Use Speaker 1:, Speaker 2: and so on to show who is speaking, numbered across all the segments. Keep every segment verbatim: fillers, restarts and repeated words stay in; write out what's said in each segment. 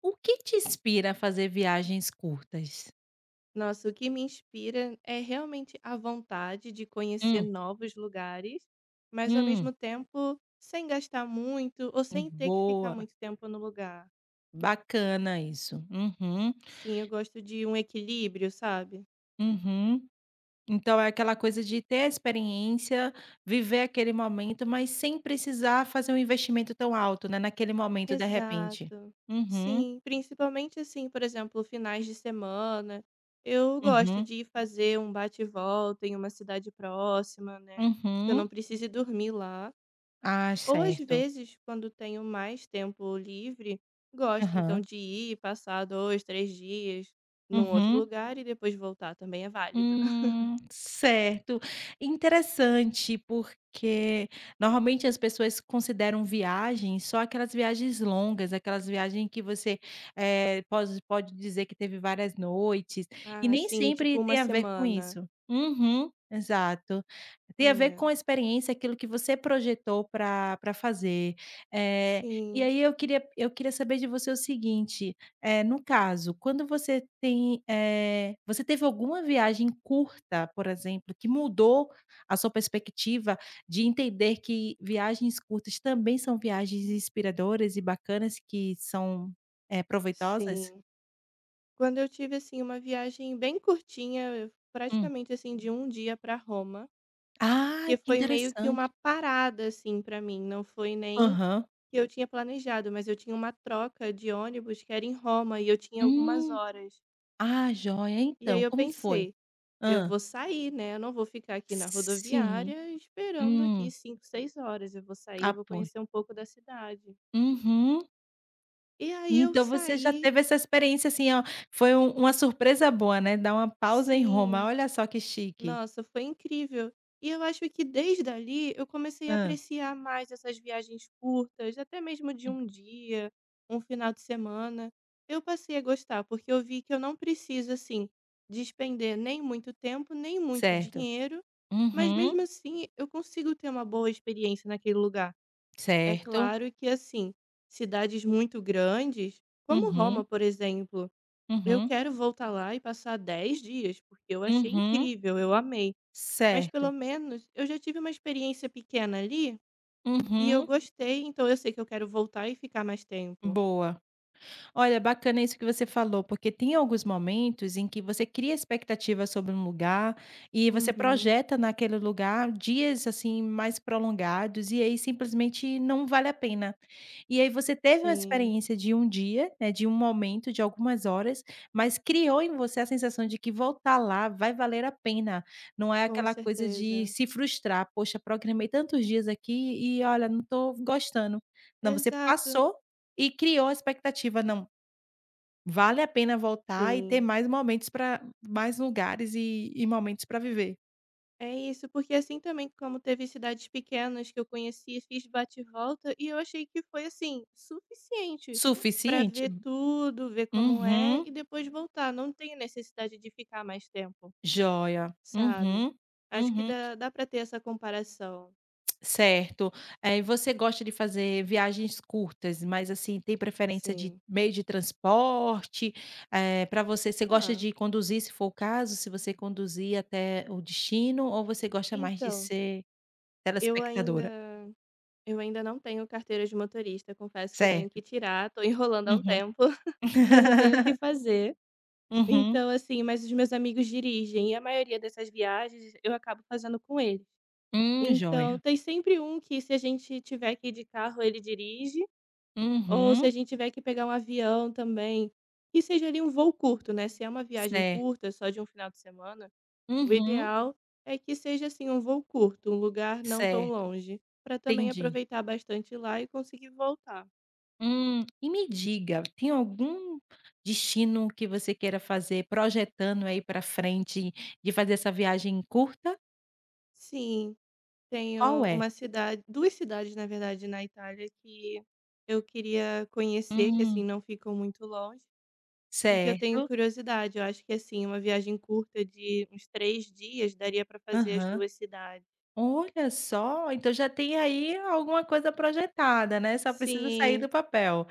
Speaker 1: O que te inspira a fazer viagens curtas?
Speaker 2: Nossa, o que me inspira é realmente a vontade de conhecer
Speaker 1: Hum,
Speaker 2: novos lugares, mas ao
Speaker 1: hum.
Speaker 2: mesmo tempo sem gastar muito ou sem ter que ficar
Speaker 1: Boa,
Speaker 2: muito tempo no lugar.
Speaker 1: bacana isso. Uhum,
Speaker 2: Sim, eu gosto de um equilíbrio, sabe?
Speaker 1: uhum. Então é aquela coisa de ter a experiência, viver aquele momento, mas sem precisar fazer um investimento tão alto, né, naquele momento, de repente.
Speaker 2: Exato.
Speaker 1: Uhum,
Speaker 2: Sim, principalmente assim, por exemplo, finais de semana. Eu gosto
Speaker 1: uhum,
Speaker 2: de ir fazer um bate e volta em uma cidade próxima, né? Que eu
Speaker 1: uhum.
Speaker 2: não precise dormir lá.
Speaker 1: Ah,
Speaker 2: Ou às
Speaker 1: certo.
Speaker 2: vezes, quando tenho mais tempo livre, gosto então
Speaker 1: Aham,
Speaker 2: de ir passar dois, três dias num outro
Speaker 1: uhum.
Speaker 2: lugar e depois voltar, também é válido.
Speaker 1: Hum, certo. Interessante, porque normalmente as pessoas consideram viagens só aquelas viagens longas, aquelas viagens que você, eh, pode pode dizer que teve várias noites, e
Speaker 2: Ah,
Speaker 1: nem
Speaker 2: sim, tipo
Speaker 1: sempre
Speaker 2: uma
Speaker 1: tem a ver com
Speaker 2: semana.
Speaker 1: isso. Uhum, exato. Tem a ver
Speaker 2: É.
Speaker 1: com a experiência, aquilo que você projetou para para fazer. Eh, e
Speaker 2: Sim,
Speaker 1: aí eu queria eu queria saber de você o seguinte é, no caso, quando você tem, eh, você teve alguma viagem curta, por exemplo, que mudou a sua perspectiva de entender que viagens curtas também são viagens inspiradoras e bacanas que são, eh, proveitosas?
Speaker 2: sim. Quando eu tive assim uma viagem bem curtinha,
Speaker 1: Hum.
Speaker 2: praticamente assim de um dia para Roma,
Speaker 1: Ai,
Speaker 2: que
Speaker 1: que
Speaker 2: foi meio que uma
Speaker 1: interessante.
Speaker 2: parada assim para mim, não foi nem
Speaker 1: Aham.
Speaker 2: que eu tinha planejado, mas eu tinha uma troca de ônibus que era em Roma e eu tinha algumas
Speaker 1: Hum.
Speaker 2: horas.
Speaker 1: Ah, joia.
Speaker 2: E aí
Speaker 1: Então,
Speaker 2: eu
Speaker 1: como foi?
Speaker 2: pensei: "Eu
Speaker 1: Hã.
Speaker 2: vou sair, né, eu não vou ficar aqui na
Speaker 1: Sim.
Speaker 2: rodoviária esperando aqui
Speaker 1: Hum.
Speaker 2: cinco seis horas, eu vou sair vou
Speaker 1: Apoio.
Speaker 2: conhecer um pouco da cidade".
Speaker 1: Uhum.
Speaker 2: E aí eu
Speaker 1: Então você já
Speaker 2: saí,
Speaker 1: teve essa experiência, assim, ó, foi um uma surpresa boa, né, dar uma pausa em Roma,
Speaker 2: sim.
Speaker 1: olha só que chique.
Speaker 2: Nossa, foi incrível. E eu acho que desde ali eu comecei a
Speaker 1: Hã,
Speaker 2: apreciar mais essas viagens curtas, até mesmo de um dia, um final de semana. Eu passei a gostar, porque eu vi que eu não preciso, assim, despender nem muito tempo, nem muito
Speaker 1: certo.
Speaker 2: dinheiro, mas
Speaker 1: Uhum,
Speaker 2: mesmo assim eu consigo ter uma boa experiência naquele lugar. É
Speaker 1: certo.
Speaker 2: claro que, assim, cidades muito grandes, como Roma,
Speaker 1: Uhum,
Speaker 2: por exemplo, eu
Speaker 1: uhum,
Speaker 2: quero voltar lá e passar dez dias, porque eu achei
Speaker 1: uhum,
Speaker 2: incrível, eu amei. Mas
Speaker 1: certo.
Speaker 2: pelo menos eu já tive uma experiência pequena ali e eu
Speaker 1: Uhum,
Speaker 2: gostei, então eu sei que eu quero voltar e ficar mais tempo.
Speaker 1: boa. Olha, bacana isso que você falou, porque tem alguns momentos em que você cria expectativa sobre um lugar, e você
Speaker 2: Uhum.
Speaker 1: projeta naquele lugar dias, assim, mais prolongados, e aí simplesmente não vale a pena. E aí você teve uma
Speaker 2: Sim,
Speaker 1: experiência de um dia, né, de um momento, de algumas horas, mas criou em você a sensação de que voltar lá vai valer a pena, não é
Speaker 2: com
Speaker 1: aquela coisa de
Speaker 2: certeza.
Speaker 1: se frustrar: "Poxa, programei tantos dias aqui e olha, não estou gostando". Não, você
Speaker 2: Exato.
Speaker 1: passou e criou a expectativa: "Não, vale a pena voltar e ter
Speaker 2: Sim.
Speaker 1: mais momentos para, mais lugares e e momentos para viver".
Speaker 2: É isso, porque assim também como teve cidades pequenas que eu conheci, fiz bate e volta e eu achei que foi assim, suficiente para
Speaker 1: Suficiente?
Speaker 2: ver tudo, ver como é
Speaker 1: Uhum.
Speaker 2: e depois voltar. Não tenho necessidade de ficar mais tempo,
Speaker 1: Joia.
Speaker 2: sabe?
Speaker 1: Uhum.
Speaker 2: Acho que
Speaker 1: Uhum.
Speaker 2: dá, dá para ter essa comparação.
Speaker 1: Certo. Eh, E você gosta de fazer viagens curtas, mas, assim, tem preferência de
Speaker 2: Sim.
Speaker 1: meio de transporte? Para você você gosta
Speaker 2: Ah,
Speaker 1: de conduzir, se for o caso, se você conduzir até o destino, ou você gosta mais de
Speaker 2: então,
Speaker 1: ser
Speaker 2: eu
Speaker 1: telespectadora?
Speaker 2: ainda eu ainda não tenho carteira de motorista, confesso que eu tenho
Speaker 1: Certo.
Speaker 2: que tirar, tô enrolando há um
Speaker 1: Uhum.
Speaker 2: tempo, mas eu tenho que fazer.
Speaker 1: Uhum.
Speaker 2: Então, assim, mas os meus amigos dirigem e a maioria dessas viagens eu acabo fazendo com eles.
Speaker 1: Hum, joia.
Speaker 2: Então, tem sempre um que se a gente tiver que ir de carro, ele dirige, ou se
Speaker 1: Uhum.
Speaker 2: a gente tiver que pegar um avião também, que seja ali um voo curto, né? Se é uma viagem
Speaker 1: Certo.
Speaker 2: curta, só de um final de semana, o
Speaker 1: Uhum.
Speaker 2: ideal é que seja assim um voo curto, um lugar não tão
Speaker 1: Certo.
Speaker 2: longe, para também
Speaker 1: Entendi.
Speaker 2: aproveitar bastante lá e conseguir voltar.
Speaker 1: Hum, e me diga, tem algum destino que você queira fazer projetando aí para frente de fazer essa viagem curta?
Speaker 2: Sim,
Speaker 1: Qual
Speaker 2: tenho
Speaker 1: é?
Speaker 2: uma cidade, duas cidades na verdade na Itália que eu queria conhecer, que assim
Speaker 1: Hum,
Speaker 2: não ficam muito longe e que eu tenho
Speaker 1: certo.
Speaker 2: curiosidade. Eu acho que assim uma viagem curta de uns três dias daria para fazer as
Speaker 1: Aham.
Speaker 2: duas cidades.
Speaker 1: Olha só, então já tem aí alguma coisa projetada, né, só precisa sair
Speaker 2: Sim,
Speaker 1: do papel.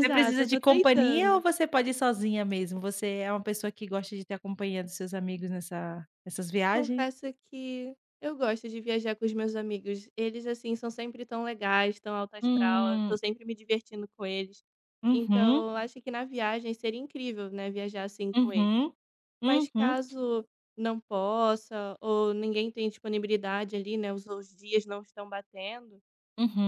Speaker 1: Você precisa
Speaker 2: Eu tô
Speaker 1: de companhia ou
Speaker 2: tentando.
Speaker 1: você pode ir sozinha mesmo? Você é uma pessoa que gosta de ter a companhia dos seus amigos nessa nessas viagens?
Speaker 2: Confesso que eu gosto de viajar com os meus amigos. Eles, assim, são sempre tão legais, tão alto astral, eu tô
Speaker 1: Hum,
Speaker 2: sempre me divertindo com eles.
Speaker 1: uhum,
Speaker 2: Então, eu acho que na viagem seria incrível, né, viajar assim com eles.
Speaker 1: uhum,
Speaker 2: Mas
Speaker 1: uhum,
Speaker 2: caso não possa, ou ninguém tem disponibilidade ali, né, os os dias não estão batendo,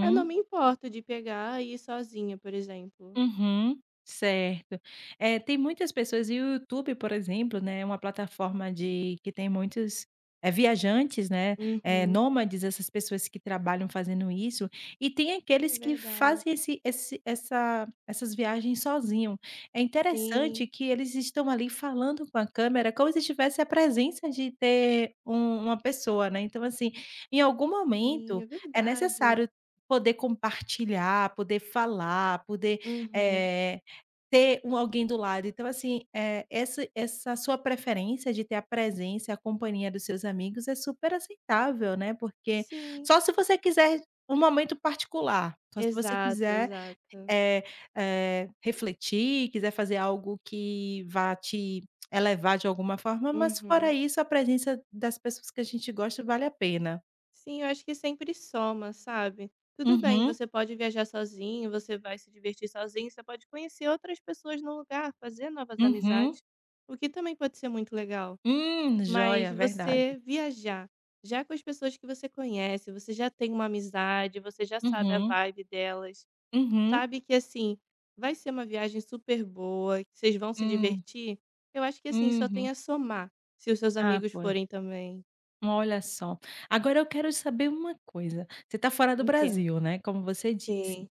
Speaker 2: eu não me importo de pegar e ir sozinha, por exemplo.
Speaker 1: Uhum, certo. É tem muitas pessoas e o YouTube, por exemplo, né, é uma plataforma de que tem muitos, é viajantes, né, é
Speaker 2: Uhum,
Speaker 1: nômades, essas pessoas que trabalham fazendo isso, e tem
Speaker 2: é
Speaker 1: aqueles que
Speaker 2: verdade.
Speaker 1: fazem esse esse essa essas viagens sozinho. É interessante
Speaker 2: Sim,
Speaker 1: que eles estão ali falando com a câmera como se tivesse a presença de ter um uma pessoa, né. Então, assim, em algum
Speaker 2: sim, é
Speaker 1: momento é
Speaker 2: verdade.
Speaker 1: necessário poder compartilhar, poder falar, poder
Speaker 2: Uhum,
Speaker 1: eh, ter um alguém do lado. Então, assim, eh, essa essa sua preferência de ter a presença a companhia dos seus amigos é super aceitável, né, porque
Speaker 2: sim.
Speaker 1: só se você quiser um momento particular, só se você
Speaker 2: Exato,
Speaker 1: quiser,
Speaker 2: exato.
Speaker 1: eh eh, refletir, quiser fazer algo que vá te elevar de alguma forma, mas fora
Speaker 2: Uhum.
Speaker 1: isso, a presença das pessoas que a gente gosta vale a pena.
Speaker 2: Sim, eu acho que sempre soma, sabe. Tudo bem,
Speaker 1: Uhum,
Speaker 2: você pode viajar sozinho, você vai se divertir sozinho, você pode conhecer outras pessoas no lugar, fazer novas
Speaker 1: uhum.
Speaker 2: amizades, o que também pode ser muito legal.
Speaker 1: Hum,
Speaker 2: Mas
Speaker 1: joia, verdade.
Speaker 2: você viajar, já com as pessoas que você conhece, você já tem uma amizade, você já sabe a
Speaker 1: Uhum,
Speaker 2: vibe delas,
Speaker 1: uhum,
Speaker 2: sabe que, assim, vai ser uma viagem super boa, que vocês vão se
Speaker 1: hum.
Speaker 2: divertir, eu acho que, assim, só tem
Speaker 1: Uhum.
Speaker 2: a somar, se os seus
Speaker 1: Ah,
Speaker 2: amigos
Speaker 1: pois.
Speaker 2: forem também.
Speaker 1: Olha só. Agora eu quero saber uma coisa, você está fora do
Speaker 2: O quê?
Speaker 1: Brasil, né, como você disse.
Speaker 2: Sim.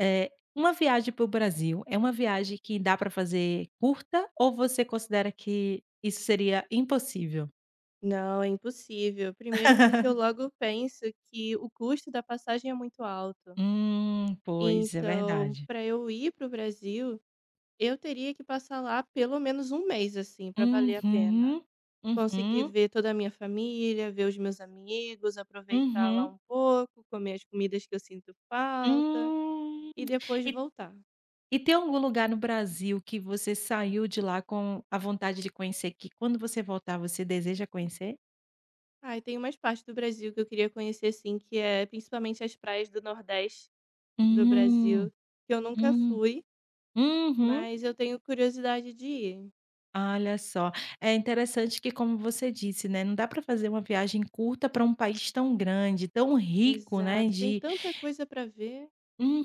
Speaker 1: É uma viagem para o Brasil é uma viagem que dá para fazer curta ou você considera que isso seria impossível?
Speaker 2: Não, é impossível. Primeiro porque eu logo penso que o custo da passagem é muito alto.
Speaker 1: Hum, pois, é
Speaker 2: Então,
Speaker 1: verdade.
Speaker 2: para eu ir para o Brasil, eu teria que passar lá pelo menos um mês, assim, para valer a pena.
Speaker 1: Uhum, uhum,
Speaker 2: Conseguir
Speaker 1: uhum,
Speaker 2: ver toda a minha família, ver os meus amigos, aproveitar lá
Speaker 1: uhum.
Speaker 2: um pouco, comer as comidas que eu sinto falta
Speaker 1: Hum.
Speaker 2: e depois
Speaker 1: E
Speaker 2: voltar.
Speaker 1: E tem algum lugar no Brasil que você saiu de lá com a vontade de conhecer, que quando você voltar você deseja conhecer?
Speaker 2: Ah, e tem umas partes do Brasil que eu queria conhecer, assim, que é principalmente as praias do Nordeste. Do Brasil,
Speaker 1: Hum,
Speaker 2: que eu nunca
Speaker 1: hum,
Speaker 2: fui,
Speaker 1: uhum.
Speaker 2: mas eu tenho curiosidade de ir.
Speaker 1: Olha só, é interessante que como você disse, né, não dá para fazer uma viagem curta para um país tão grande, tão rico, né,
Speaker 2: Exato, tem
Speaker 1: de.
Speaker 2: tanta coisa pra ver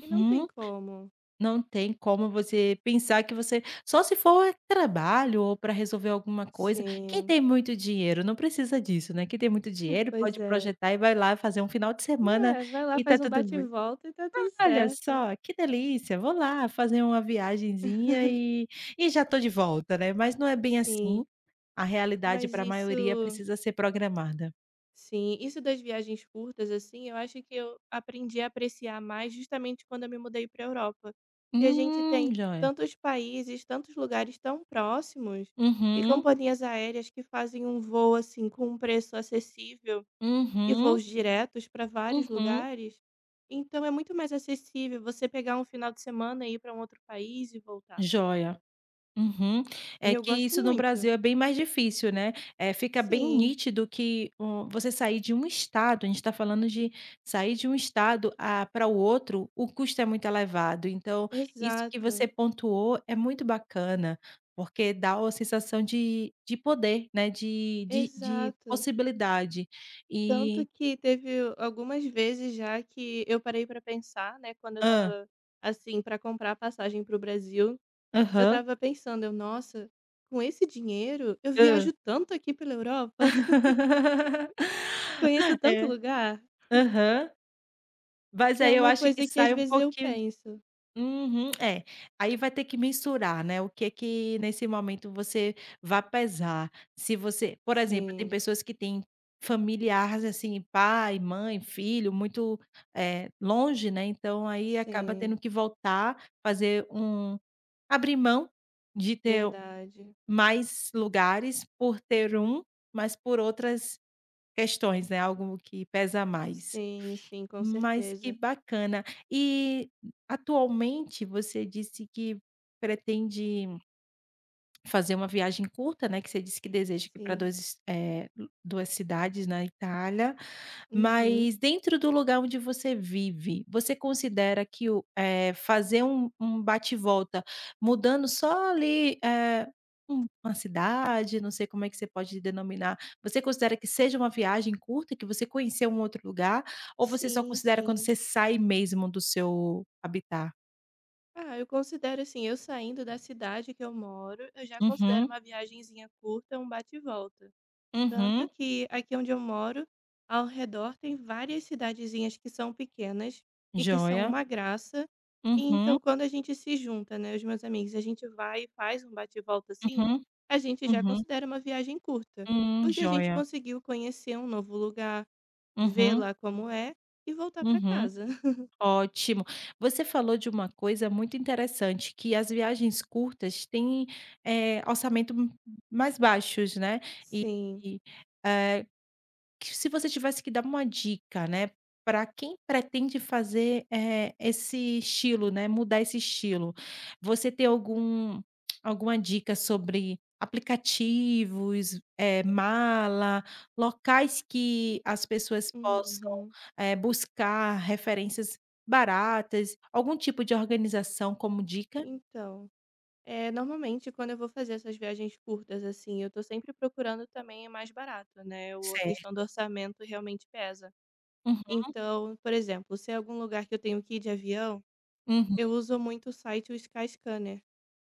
Speaker 2: e não tem como.
Speaker 1: Não tem como você pensar que você só se for trabalho ou para resolver alguma coisa. Quem
Speaker 2: Sim,
Speaker 1: tem muito dinheiro não precisa disso, né, quem tem muito dinheiro
Speaker 2: pois
Speaker 1: pode
Speaker 2: é.
Speaker 1: projetar e vai lá fazer um final de
Speaker 2: Não
Speaker 1: semana
Speaker 2: é, vai lá,
Speaker 1: e tá
Speaker 2: faz um
Speaker 1: tudo
Speaker 2: bate e
Speaker 1: bem.
Speaker 2: volta e tá tudo
Speaker 1: Olha
Speaker 2: certo.
Speaker 1: só, que delícia, vou lá fazer uma viagenzinha e e já tô de volta, né, mas não é bem
Speaker 2: Sim,
Speaker 1: assim, a realidade
Speaker 2: mas
Speaker 1: para a maioria
Speaker 2: isso
Speaker 1: precisa ser programada.
Speaker 2: Sim, isso das viagens curtas, assim, eu acho que eu aprendi a apreciar mais justamente quando eu me mudei para a Europa. Que a gente
Speaker 1: Hum,
Speaker 2: tem
Speaker 1: joia.
Speaker 2: tantos países, tantos lugares tão próximos e
Speaker 1: Uhum,
Speaker 2: companhias aéreas que fazem um voo assim com um preço acessível e
Speaker 1: uhum,
Speaker 2: voos diretos para vários
Speaker 1: uhum,
Speaker 2: lugares. Então é muito mais acessível você pegar um final de semana e ir para um outro país e voltar.
Speaker 1: joia. Uhum.
Speaker 2: E
Speaker 1: É
Speaker 2: eu
Speaker 1: que
Speaker 2: gosto
Speaker 1: isso no
Speaker 2: muito.
Speaker 1: Brasil é bem mais difícil, né. É fica bem
Speaker 2: Sim,
Speaker 1: nítido que o você sair de um estado, a gente está falando de sair de um estado para o outro, o custo é muito elevado, então isso que você
Speaker 2: exato.
Speaker 1: pontuou é muito bacana, porque dá uma sensação de de poder, né, de de de
Speaker 2: Exato.
Speaker 1: possibilidade
Speaker 2: Tanto
Speaker 1: e
Speaker 2: que teve algumas vezes já que eu parei pra pensar, né, quando eu
Speaker 1: ah,
Speaker 2: estava, assim, pra comprar a passagem para o Brasil, eu
Speaker 1: aham,
Speaker 2: estava pensando, eu: "Nossa, com esse dinheiro eu
Speaker 1: ah,
Speaker 2: viajo tanto aqui pela Europa, conheço tanto
Speaker 1: é,
Speaker 2: lugar",
Speaker 1: aham. Mas
Speaker 2: que é
Speaker 1: aí eu
Speaker 2: uma
Speaker 1: acho que
Speaker 2: coisa que às
Speaker 1: sai um
Speaker 2: vezes eu
Speaker 1: pouquinho.
Speaker 2: penso.
Speaker 1: Uhum, é. Aí vai ter que mensurar, né, o que é que nesse momento você vai pesar. Se você por exemplo, tem
Speaker 2: Sim,
Speaker 1: pessoas que têm familiares, assim, pai, mãe, filho, muito, eh, longe, né, então aí acaba tendo
Speaker 2: sim,
Speaker 1: que voltar, fazer um abrir mão de ter
Speaker 2: verdade.
Speaker 1: mais lugares por ter um, mas por outras questões, né, algo que pesa mais.
Speaker 2: Sim, sim, com
Speaker 1: Mas que
Speaker 2: certeza.
Speaker 1: bacana. E atualmente você disse que pretende fazer uma viagem curta, né, que você disse que deseja ir para
Speaker 2: Sim.
Speaker 1: duas, eh, duas cidades na Itália,
Speaker 2: Uhum.
Speaker 1: mas dentro do lugar onde você vive, você considera que o eh, fazer um um bate volta, mudando só ali, eh, um uma cidade, não sei como é que você pode denominar, você considera que seja uma viagem curta, que você conheceu um outro lugar, ou você só
Speaker 2: Sim,
Speaker 1: considera quando
Speaker 2: sim.
Speaker 1: você sai mesmo do seu habitat?
Speaker 2: Ah, eu considero assim, eu saindo da cidade que eu moro, eu já considero
Speaker 1: Uhum,
Speaker 2: uma viagenzinha curta, um bate e volta. Tanto
Speaker 1: uhum,
Speaker 2: que aqui onde eu moro, ao redor tem várias cidadezinhas que são pequenas e que são
Speaker 1: joia.
Speaker 2: uma graça. E
Speaker 1: Uhum,
Speaker 2: então, quando a gente se junta, né, os meus amigos, a gente vai e faz um bate e volta assim,
Speaker 1: uhum.
Speaker 2: a gente já
Speaker 1: Uhum.
Speaker 2: considera uma viagem curta,
Speaker 1: Hum,
Speaker 2: porque a gente
Speaker 1: joia.
Speaker 2: conseguiu conhecer um novo lugar, ver
Speaker 1: Uhum,
Speaker 2: lá como é e voltar para
Speaker 1: uhum.
Speaker 2: casa.
Speaker 1: Ótimo. Você falou de uma coisa muito interessante, que as viagens curtas têm, eh, orçamento m mais baixos, né, e,
Speaker 2: Sim.
Speaker 1: eh que se você tivesse que dar uma dica, né, para quem pretende fazer, eh, esse estilo, né, mudar esse estilo, você tem algum alguma dica sobre aplicativos, eh, mala, locais que as pessoas possam,
Speaker 2: Uhum.
Speaker 1: eh, buscar referências baratas, algum tipo de organização como dica?
Speaker 2: Então. É, normalmente quando eu vou fazer essas viagens curtas, assim, eu tô sempre procurando também o mais barato, né? O- A questão do
Speaker 1: Certo.
Speaker 2: orçamento realmente pesa.
Speaker 1: Uhum,
Speaker 2: Então, por exemplo, se é algum lugar que eu tenho que ir de avião,
Speaker 1: uhum.
Speaker 2: eu uso muito o site o Skyscanner,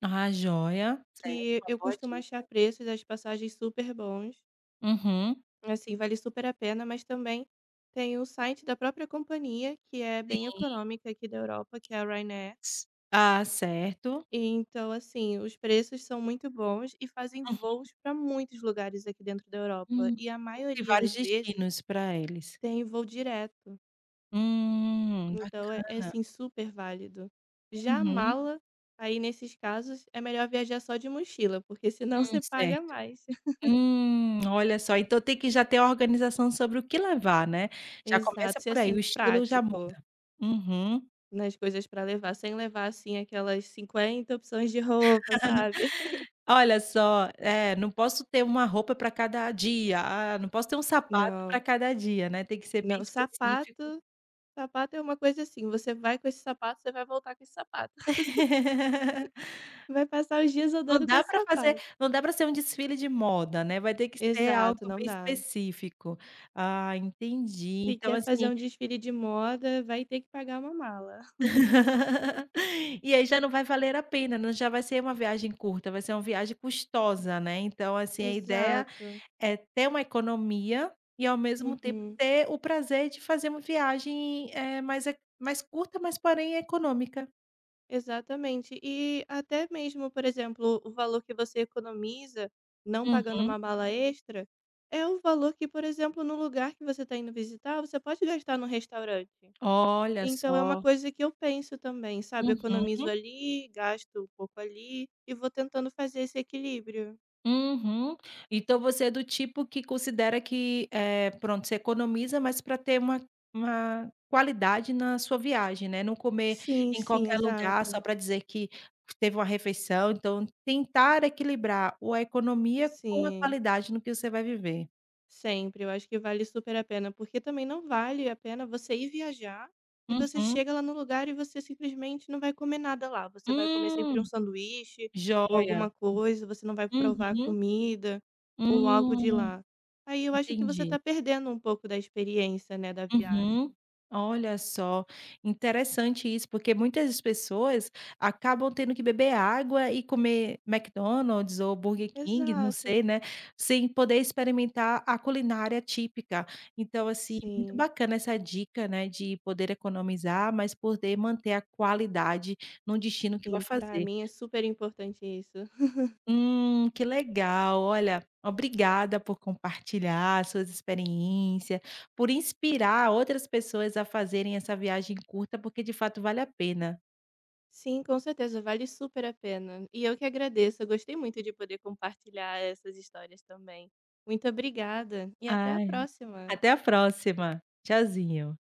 Speaker 1: Ah, joia. Certo,
Speaker 2: que
Speaker 1: uma
Speaker 2: eu
Speaker 1: boa
Speaker 2: costumo achar
Speaker 1: dica.
Speaker 2: preços das passagens super bons.
Speaker 1: Uhum.
Speaker 2: Assim, vale super a pena, mas também tem o site da própria companhia, que é bem econômica aqui da Europa, que é a Ryanair.
Speaker 1: S ah, certo.
Speaker 2: E então, assim, os preços são muito bons e fazem voos para muitos lugares aqui dentro da Europa.
Speaker 1: Hum.
Speaker 2: E a
Speaker 1: Então tem
Speaker 2: maioria das
Speaker 1: vários
Speaker 2: vezes
Speaker 1: destinos pra eles.
Speaker 2: tem voo direto.
Speaker 1: Hum,
Speaker 2: Então, é, é,
Speaker 1: bacana.
Speaker 2: assim, super válido. Já a
Speaker 1: Uhum.
Speaker 2: mala, aí nesses casos, é melhor viajar só de mochila, porque senão
Speaker 1: Hum,
Speaker 2: você paga
Speaker 1: certo.
Speaker 2: mais.
Speaker 1: Hum, olha só, então tem que já ter a organização sobre o que levar, né. Já
Speaker 2: Exato,
Speaker 1: começa
Speaker 2: ser
Speaker 1: por aí, o
Speaker 2: assim,
Speaker 1: estilo já
Speaker 2: prático
Speaker 1: muda. Uhum.
Speaker 2: nas coisas para levar, sem levar, assim, aquelas cinquenta opções de roupa, sabe?
Speaker 1: Olha só, é, não posso ter uma roupa pra cada dia, ah, não posso ter um sapato pra
Speaker 2: Não,
Speaker 1: cada dia, né, tem que ser bem
Speaker 2: não.
Speaker 1: específico.
Speaker 2: Sapato, sapato é uma coisa assim, você vai com esse sapato, você vai voltar com esse sapato. Vai passar os dias
Speaker 1: Não
Speaker 2: andando com
Speaker 1: dá
Speaker 2: esse
Speaker 1: para fazer
Speaker 2: sapato.
Speaker 1: não dá para ser um desfile de moda, né, vai ter que ser algo
Speaker 2: Exato, não
Speaker 1: bem
Speaker 2: dá.
Speaker 1: específico. Ah, entendi.
Speaker 2: Se
Speaker 1: Então
Speaker 2: quer fazer
Speaker 1: assim
Speaker 2: um desfile de moda, vai ter que pagar uma mala.
Speaker 1: e aí já não vai valer a pena, não já vai ser uma viagem curta, vai ser uma viagem custosa, né, então assim, a ideia
Speaker 2: Exato.
Speaker 1: é ter uma economia e ao mesmo tempo
Speaker 2: Uhum.
Speaker 1: ter o prazer de fazer uma viagem, eh, mais e mais curta, mas porém econômica.
Speaker 2: Exatamente. E até mesmo, por exemplo, o valor que você economiza não pagando
Speaker 1: Uhum.
Speaker 2: uma mala extra é o valor que, por exemplo, no lugar que você está indo visitar, você pode gastar no restaurante.
Speaker 1: Olha
Speaker 2: Então é uma
Speaker 1: só.
Speaker 2: coisa que eu penso também, sabe?
Speaker 1: Uhum.
Speaker 2: Economizo ali, gasto um pouco ali e vou tentando fazer esse equilíbrio.
Speaker 1: Uhum. Então você é do tipo que considera que, eh, pronto, você economiza, mas para ter uma uma qualidade na sua viagem, né, não comer
Speaker 2: Sim,
Speaker 1: em
Speaker 2: sim,
Speaker 1: qualquer lugar só
Speaker 2: exato.
Speaker 1: para dizer que teve uma refeição, então tentar equilibrar o a economia com a
Speaker 2: Sim,
Speaker 1: qualidade no que você vai viver.
Speaker 2: sempre. Eu acho que vale super a pena, porque também não vale a pena você ir viajar e você
Speaker 1: Uhum.
Speaker 2: chega lá no lugar e você simplesmente não vai comer nada lá. Você vai comer sempre um
Speaker 1: Hum,
Speaker 2: sanduíche ou
Speaker 1: joia.
Speaker 2: alguma coisa, você não vai provar a
Speaker 1: Uhum.
Speaker 2: comida ou algo de
Speaker 1: Hum,
Speaker 2: lá. Aí eu acho que você
Speaker 1: entendi.
Speaker 2: tá perdendo um pouco da experiência, né, da
Speaker 1: Uhum.
Speaker 2: viagem.
Speaker 1: Olha só, interessante isso, porque muitas pessoas acabam tendo que beber água e comer McDonald's ou Burger King, não sei,
Speaker 2: Exato.
Speaker 1: né, sem poder experimentar a culinária típica. Então, assim, muito
Speaker 2: Sim,
Speaker 1: bacana essa dica, né, de poder economizar, mas poder manter a qualidade no destino que vai
Speaker 2: sim, para
Speaker 1: fazer.
Speaker 2: mim é super importante isso.
Speaker 1: Hum, que legal. Olha, obrigada por compartilhar suas experiências por inspirar outras pessoas a fazerem essa viagem curta, porque de fato vale a pena.
Speaker 2: Sim, com certeza, vale super a pena. E eu que agradeço, eu gostei muito de poder compartilhar essas histórias também. Muito obrigada e até a
Speaker 1: Ai.
Speaker 2: próxima.
Speaker 1: Até a próxima. Tchauzinho.